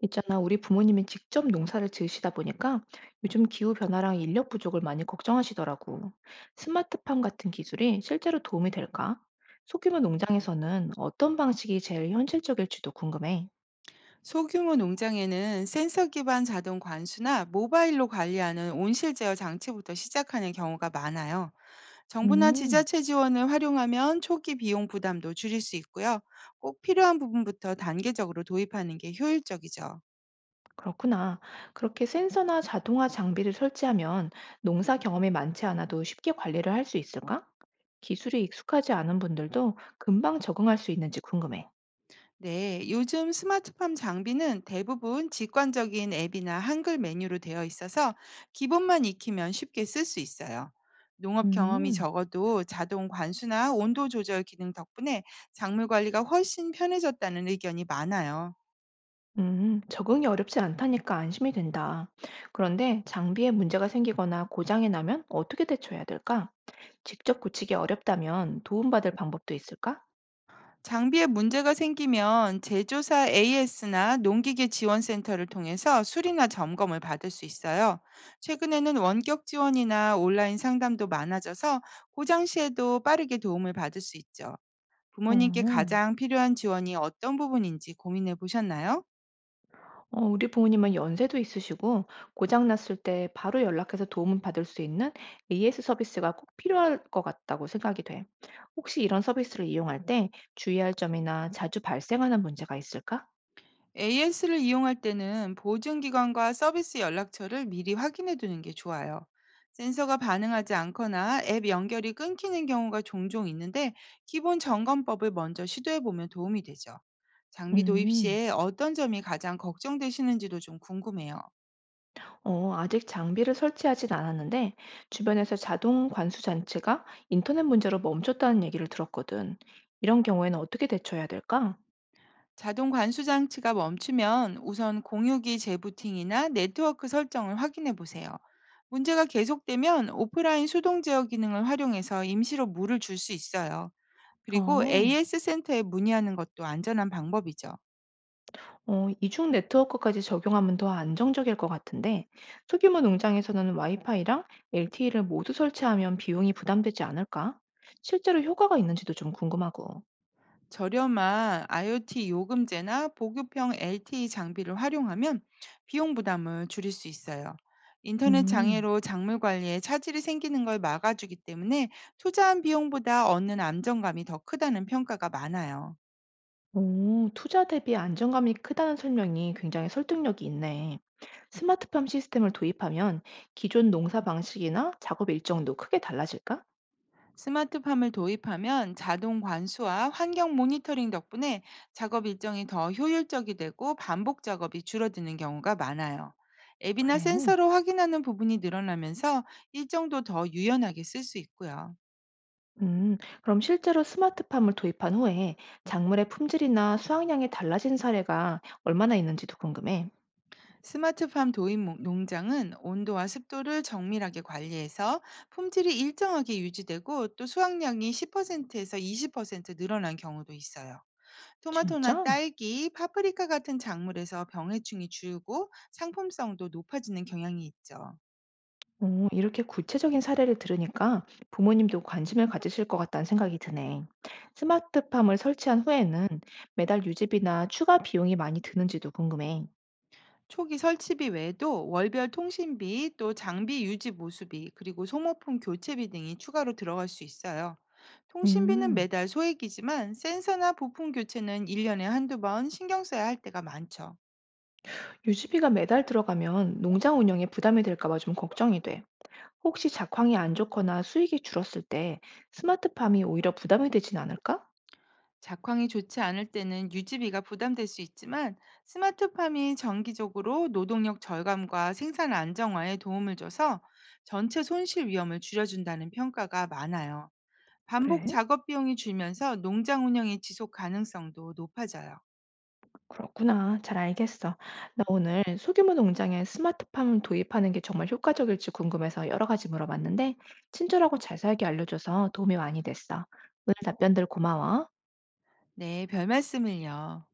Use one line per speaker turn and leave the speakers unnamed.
있잖아, 우리 부모님이 직접 농사를 지으시다 보니까 요즘 기후 변화랑 인력 부족을 많이 걱정하시더라고. 스마트팜 같은 기술이 실제로 도움이 될까? 소규모 농장에서는 어떤 방식이 제일 현실적일지도 궁금해.
소규모 농장에는 센서 기반 자동 관수나 모바일로 관리하는 온실 제어 장치부터 시작하는 경우가 많아요. 정부나
음,
지자체 지원을 활용하면 초기 비용 부담도 줄일 수 있고요. 꼭 필요한 부분부터 단계적으로 도입하는 게 효율적이죠.
그렇구나. 그렇게 센서나 자동화 장비를 설치하면 농사 경험이 많지 않아도 쉽게 관리를 할 수 있을까? 기술이 익숙하지 않은 분들도 금방 적응할 수 있는지 궁금해.
네, 요즘 스마트팜 장비는 대부분 직관적인 앱이나 한글 메뉴로 되어 있어서 기본만 익히면 쉽게 쓸 수 있어요. 농업 경험이
음.
적어도 자동 관수나 온도 조절 기능 덕분에 작물 관리가 훨씬 편해졌다는 의견이 많아요.
적응이 어렵지 않다니까 안심이 된다. 그런데 장비에 문제가 생기거나 고장이 나면 어떻게 대처해야 될까? 직접 고치기 어렵다면 도움받을 방법도 있을까?
장비에 문제가 생기면 제조사 AS나 농기계 지원센터를 통해서 수리나 점검을 받을 수 있어요. 최근에는 원격 지원이나 온라인 상담도 많아져서 고장 시에도 빠르게 도움을 받을 수 있죠. 부모님께
어,
가장 필요한 지원이 어떤 부분인지 고민해 보셨나요?
우리 부모님은 연세도 있으시고 고장 났을 때 바로 연락해서 도움을 받을 수 있는 AS 서비스가 꼭 필요할 것 같다고 생각이 돼. 혹시 이런 서비스를 이용할 때 주의할 점이나 자주 발생하는 문제가 있을까?
AS를 이용할 때는 보증기관과 서비스 연락처를 미리 확인해 두는 게 좋아요. 센서가 반응하지 않거나 앱 연결이 끊기는 경우가 종종 있는데, 기본 점검법을 먼저 시도해 보면 도움이 되죠. 장비 도입
음.
시에 어떤 점이 가장 걱정되시는지도 좀 궁금해요.
아직 장비를 설치하진 않았는데 주변에서 자동 관수 장치가 인터넷 문제로 멈췄다는 얘기를 들었거든. 이런 경우에는 어떻게 대처해야 될까?
자동 관수 장치가 멈추면 우선 공유기 재부팅이나 네트워크 설정을 확인해 보세요. 문제가 계속되면 오프라인 수동 제어 기능을 활용해서 임시로 물을 줄 수 있어요. 그리고
어,
AS 센터에 문의하는 것도 안전한 방법이죠.
이중 네트워크까지 적용하면 더 안정적일 것 같은데 소규모 농장에서는 와이파이랑 LTE를 모두 설치하면 비용이 부담되지 않을까? 실제로 효과가 있는지도 좀 궁금하고.
저렴한 IoT 요금제나 보급형 LTE 장비를 활용하면 비용 부담을 줄일 수 있어요. 인터넷
음.
장애로 작물 관리에 차질이 생기는 걸 막아주기 때문에, 투자한 비용보다 얻는 안정감이 더 크다는 평가가 많아요.
오, 투자 대비 안정감이 크다는 설명이 굉장히 설득력이 있네. 스마트팜 시스템을 도입하면 기존 농사 방식이나 작업 일정도 크게 달라질까?
스마트팜을 도입하면 자동 관수와 환경 모니터링 덕분에 작업 일정이 더 효율적이 되고 반복 작업이 줄어드는 경우가 많아요. 앱이나
그래.
센서로 확인하는 부분이 늘어나면서 일정도 더 유연하게 쓸 수 있고요.
음, 그럼 실제로 스마트팜을 도입한 후에 작물의 품질이나 수확량이 달라진 사례가 얼마나 있는지도 궁금해.
스마트팜 도입 농장은 온도와 습도를 정밀하게 관리해서 품질이 일정하게 유지되고, 또 수확량이 10%에서 20% 늘어난 경우도 있어요. 토마토나
진짜?
딸기, 파프리카 같은 작물에서 병해충이 줄고 상품성도 높아지는 경향이 있죠.
오, 이렇게 구체적인 사례를 들으니까 부모님도 관심을 가지실 것 같다는 생각이 드네. 스마트팜을 설치한 후에는 매달 유지비나 추가 비용이 많이 드는지도 궁금해.
초기 설치비 외에도 월별 통신비, 또 장비 유지 보수비, 그리고 소모품 교체비 등이 추가로 들어갈 수 있어요. 통신비는
음,
매달 소액이지만, 센서나 부품 교체는 1년에 한두 번 신경 써야 할 때가 많죠.
유지비가 매달 들어가면 농장 운영에 부담이 될까 봐 좀 걱정이 돼. 혹시 작황이 안 좋거나 수익이 줄었을 때 스마트팜이 오히려 부담이 되진 않을까?
작황이 좋지 않을 때는 유지비가 부담될 수 있지만, 스마트팜이 정기적으로 노동력 절감과 생산 안정화에 도움을 줘서 전체 손실 위험을 줄여준다는 평가가 많아요. 반복
그래?
작업 비용이 줄면서 농장 운영의 지속 가능성도 높아져요.
그렇구나. 잘 알겠어. 나 오늘 소규모 농장에 스마트팜 도입하는 게 정말 효과적일지 궁금해서 여러 가지 물어봤는데, 친절하고 자세하게 알려줘서 도움이 많이 됐어. 오늘 답변들 고마워.
네, 별 말씀을요.